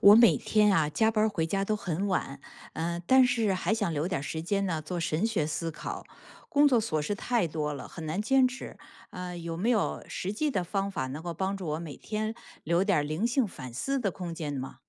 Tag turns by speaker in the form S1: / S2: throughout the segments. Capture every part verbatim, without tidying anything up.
S1: 我每天啊加班儿回家都很晚，嗯、但是还想留点儿时间呢做神学思考。工作琐事太多了，很难坚持。呃，有没有实际的方法能够帮助我每天留点儿灵性反思的空间吗？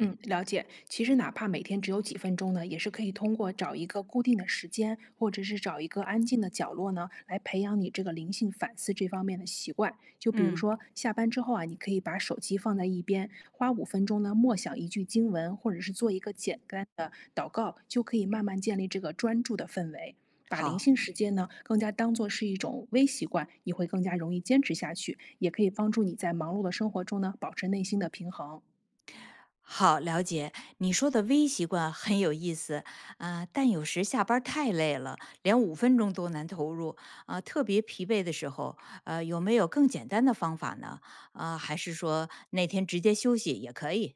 S2: 嗯，了解。其实哪怕每天只有几分钟呢，也是可以通过找一个固定的时间，或者是找一个安静的角落呢，来培养你这个灵性反思这方面的习惯。就比如
S1: 嗯，
S2: 说下班之后啊，你可以把手机放在一边，花五分钟呢默想一句经文，或者是做一个简单的祷告，就可以慢慢建立这个专注的氛围。把灵
S1: 好，
S2: 性时间呢，更加当做是一种微习惯，你会更加容易坚持下去，也可以帮助你在忙碌的生活中呢，保持内心的平衡。
S1: 好，了解。你说的微习惯很有意思啊、但有时下班儿太累了，连五分钟都难投入啊、特别疲惫的时候，呃，有没有更简单的方法呢？啊、还是说那天直接休息也可以？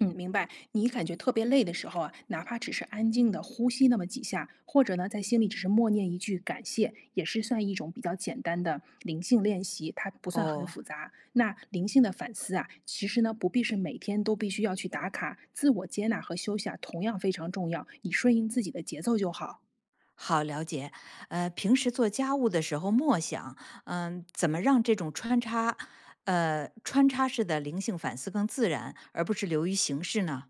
S2: 嗯，明白。你感觉特别累的时候啊，哪怕只是安静的呼吸那么几下，或者呢，在心里只是默念一句感谢，也是算一种比较简单的灵性练习，它不算很
S1: 哦，
S2: 复杂。那灵性的反思啊，其实呢，不必是每天都必须要去打卡，自我接纳和休息啊，同样非常重要。你顺应自己的节奏就好。
S1: 好，了解。呃，平时做家务的时候默想，嗯、怎么让这种穿插，呃，穿插式的灵性反思更自然，而不是流于形式呢？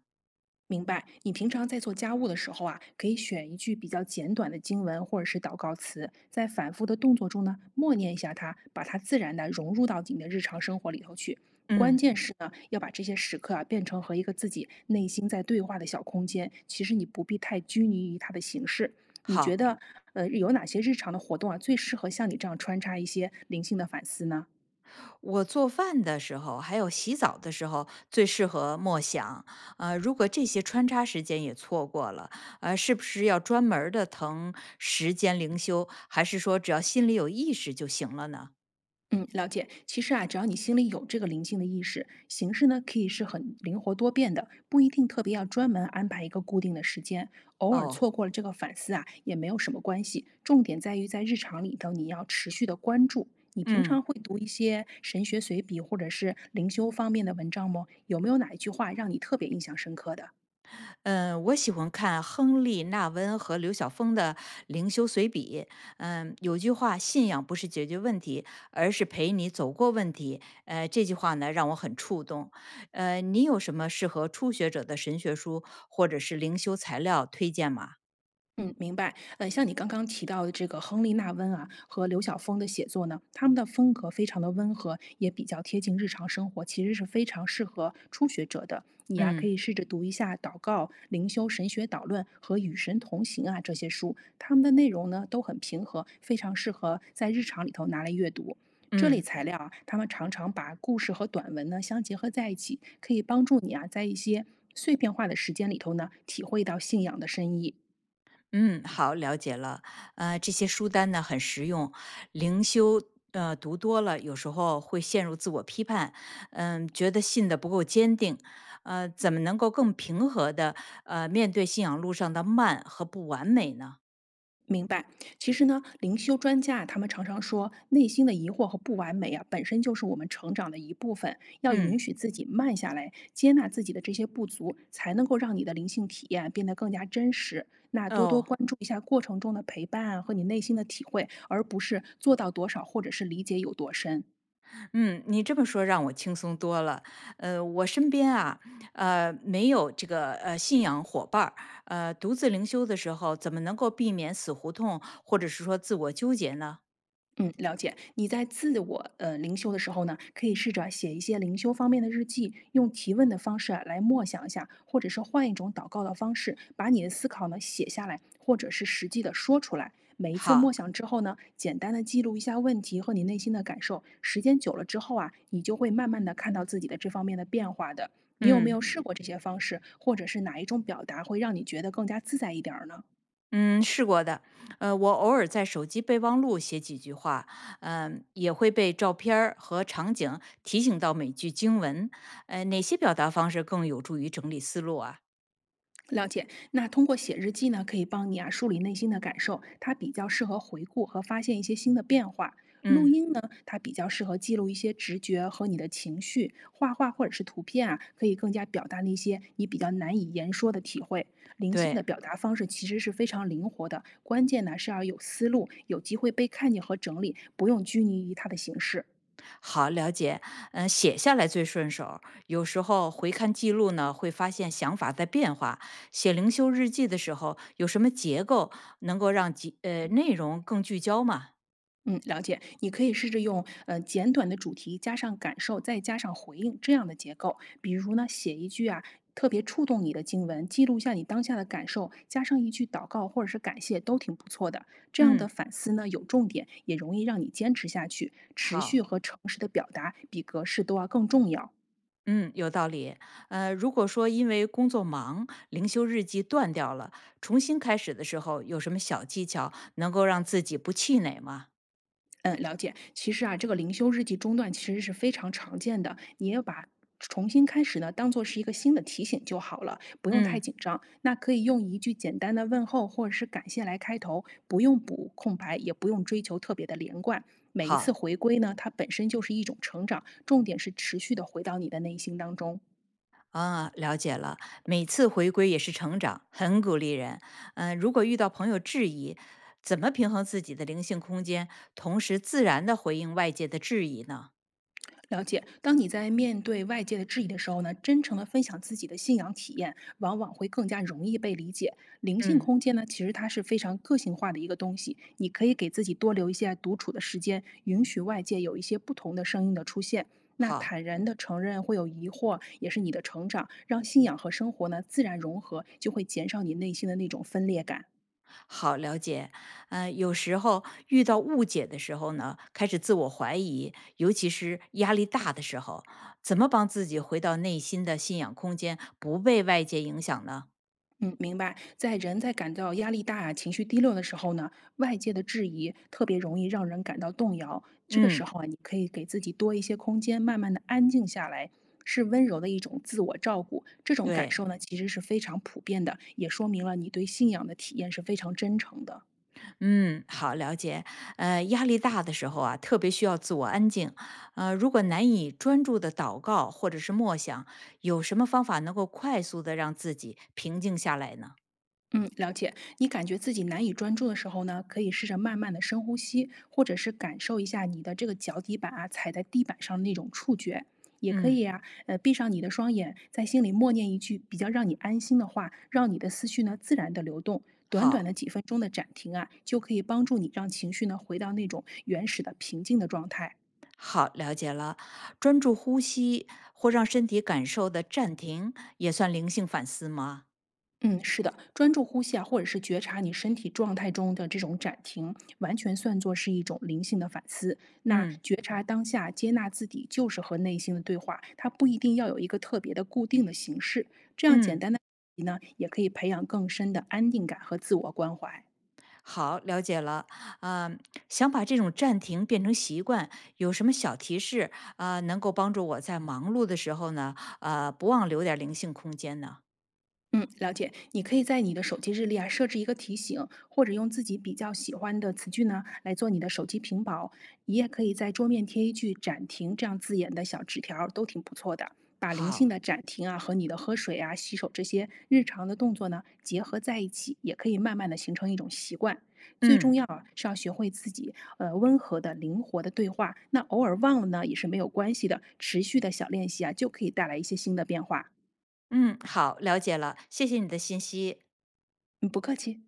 S2: 明白，你平常在做家务的时候啊，可以选一句比较简短的经文或者是祷告词，在反复的动作中呢，默念一下它，把它自然的融入到你的日常生活里头去。关
S1: 嗯，
S2: 键是呢，要把这些时刻啊变成和一个自己内心在对话的小空间。其实你不必太拘泥于它的形式。你觉
S1: 好。
S2: 得，呃，有哪些日常的活动啊，最适合像你这样穿插一些灵性的反思呢？
S1: 我做饭的时候，还有洗澡的时候，最适合默想。呃，如果这些穿插时间也错过了，呃，是不是要专门的腾时间灵修，还是说只要心里有意识就行了呢？
S2: 嗯，了解。其实啊，只要你心里有这个灵性的意识，形式呢可以是很灵活多变的，不一定特别要专门安排一个固定的时间。偶尔
S1: 哦，
S2: 错过了这个反思啊，也没有什么关系。重点在于在日常里头，你要持续的关注。你平
S1: 嗯。
S2: 常会读一些神学随笔或者是灵修方面的文章吗？有没有哪一句话让你特别印象深刻的？
S1: 嗯，我喜欢看亨利·纳温和刘晓峰的《灵修随笔》。嗯，有句话，信仰不是解决问题，而是陪你走过问题。呃，这句话呢，让我很触动。呃，你有什么适合初学者的神学书或者是灵修材料推荐吗？
S2: 嗯，明白。呃，像你刚刚提到的这个亨利·纳温啊和刘晓峰的写作呢，他们的风格非常的温和，也比较贴近日常生活，其实是非常适合初学者的。你呀、可
S1: 嗯
S2: 以试着读一下《祷告》《灵修神学导论》和《与神同行》啊这些书，他们的内容呢都很平和，非常适合在日常里头拿来阅读。这类
S1: 嗯。
S2: 材料啊，他们常常把故事和短文呢相结合在一起，可以帮助你啊在一些碎片化的时间里头呢，体会到信仰的深意。
S1: 嗯，好，了解了。呃，这些书单呢很实用，灵修呃读多了，有时候会陷入自我批判，嗯，觉得信的不够坚定。呃，怎么能够更平和的呃面对信仰路上的慢和不完美呢？
S2: 明白。其实呢，灵修专家啊，他们常常说，内心的疑惑和不完美啊，本身就是我们成长的一部分。要允
S1: 嗯。
S2: 许自己慢下来，接纳自己的这些不足，才能够让你的灵性体验变得更加真实。那多多
S1: 哦，
S2: 关注一下过程中的陪伴啊和你内心的体会，而不是做到多少或者是理解有多深。
S1: 嗯，你这么说让我轻松多了。呃，我身边啊，呃，没有这个呃信仰伙伴儿，呃，独自灵修的时候，怎么能够避免死胡同或者是说自我纠结呢？
S2: 嗯，了解。你在自我呃灵修的时候呢，可以试着写一些灵修方面的日记，用提问的方式啊来默想一下，或者是换一种祷告的方式，把你的思考呢写下来，或者是实际的说出来。每一次默
S1: 好，
S2: 想之后呢，简单的记录一下问题和你内心的感受。时间久了之后啊，你就会慢慢的看到自己的这方面的变化的。你有没
S1: 嗯
S2: 有试过这些方式，或者是哪一种表达会让你觉得更加自在一点儿呢？
S1: 嗯，试过的。呃，我偶尔在手机备忘录写几句话，嗯、也会被照片儿和场景提醒到每句经文。呃，哪些表达方式更有助于整理思路啊？
S2: 了解，那通过写日记呢，可以帮你啊梳理内心的感受，它比较适合回顾和发现一些新的变化。录
S1: 嗯，
S2: 音呢，它比较适合记录一些直觉和你的情绪。画画或者是图片啊，可以更加表达那些你比较难以言说的体会。灵性
S1: 对，
S2: 的表达方式其实是非常灵活的，关键呢是要有思路，有机会被看见和整理，不用拘泥于它的形式。
S1: 好了解。嗯、写下来最顺手。有时候回看记录呢，会发现想法在变化。写灵修日记的时候，有什么结构能够让集呃内容更聚焦吗？
S2: 嗯，了解。你可以试着用呃简短的主题加上感受，再加上回应这样的结构。比如呢，写一句啊特别触动你的经文，记录一下你当下的感受，加上一句祷告或者是感谢，都挺不错的。这样的
S1: 嗯，
S2: 反思呢有重点，也容易让你坚持下去。持续
S1: 好。
S2: 和诚实的表达比格式都要更重要。
S1: 嗯，有道理。呃，如果说因为工作忙，灵修日记断掉了，重新开始的时候，有什么小技巧能够让自己不气馁吗？
S2: 嗯，了解。其实啊，这个灵修日记中断其实是非常常见的，你要把重新开始呢当做是一个新的提醒就好了，不用太
S1: 嗯，
S2: 紧张。那可以用一句简单的问候或者是感谢来开头，不用补空白，也不用追求特别的连贯。每一次
S1: 好
S2: 回归呢，它本身就是一种成长，重点是持续的回到你的内心当中。
S1: 啊，了解了。每次回归也是成长，很鼓励人。嗯、如果遇到朋友质疑，怎么平衡自己的灵性空间，同时自然的回应外界的质疑呢？
S2: 了解，当你在面对外界的质疑的时候呢，真诚的分享自己的信仰体验，往往会更加容易被理解。灵性
S1: 嗯，
S2: 空间呢，其实它是非常个性化的一个东西，你可以给自己多留一些独处的时间，允许外界有一些不同的声音的出现。那
S1: 好。
S2: 坦然的承认会有疑惑，也是你的成长，让信仰和生活呢自然融合，就会减少你内心的那种分裂感。
S1: 好，了解。呃，有时候遇到误解的时候呢，开始自我怀疑，尤其是压力大的时候，怎么帮自己回到内心的信仰空间，不被外界影响呢？
S2: 嗯，明白。在人在感到压力大、情绪低落的时候呢，外界的质疑特别容易让人感到动摇。这个时
S1: 嗯，
S2: 候啊，你可以给自己多一些空间，慢慢的安静下来，是温柔的一种自我照顾。这种感
S1: 对，
S2: 受呢，其实是非常普遍的，也说明了你对信仰的体验是非常真诚的。
S1: 嗯，好，了解。呃，压力大的时候啊，特别需要自我安静。呃，如果难以专注的祷告或者是默想，有什么方法能够快速的让自己平静下来呢？
S2: 嗯，了解。你感觉自己难以专注的时候呢，可以试着慢慢的深呼吸，或者是感受一下你的这个脚底板啊踩在地板上的那种触觉。也可
S1: 嗯，
S2: 以啊，呃，闭上你的双眼，在心里默念一句比较让你安心的话，让你的思绪呢自然的流动。短
S1: 好。
S2: 短的几分钟的暂停啊，就可以帮助你让情绪呢回到那种原始的平静的状态。
S1: 好，了解了。专注呼吸或让身体感受的暂停，也算灵性反思吗？
S2: 嗯，是的，专注呼吸啊，或者是觉察你身体状态中的这种暂停，完全算作是一种灵性的反思。那
S1: 嗯
S2: 觉察当下，接纳自己，就是和内心的对话，它不一定要有一个特别的固定的形式。这样简
S1: 嗯，
S2: 单的呢，也可以培养更深的安定感和自我关怀。
S1: 好，了解了。啊、想把这种暂停变成习惯，有什么小提示啊、能够帮助我在忙碌的时候呢，呃，不忘留点灵性空间呢？
S2: 嗯，了解。你可以在你的手机日历啊设置一个提醒，或者用自己比较喜欢的词句呢来做你的手机屏保。你也可以在桌面贴一句“暂停”这样字眼的小纸条儿都挺不错的。把灵性
S1: 好，
S2: 的暂停啊和你的喝水啊、洗手这些日常的动作呢结合在一起，也可以慢慢的形成一种习惯。最重
S1: 嗯
S2: 要啊是要学会自己呃温和的、灵活的对话。那偶尔忘了呢也是没有关系的，持续的小练习啊就可以带来一些新的变化。
S1: 嗯，好，了解了。谢谢你的信息。
S2: 嗯，不客气。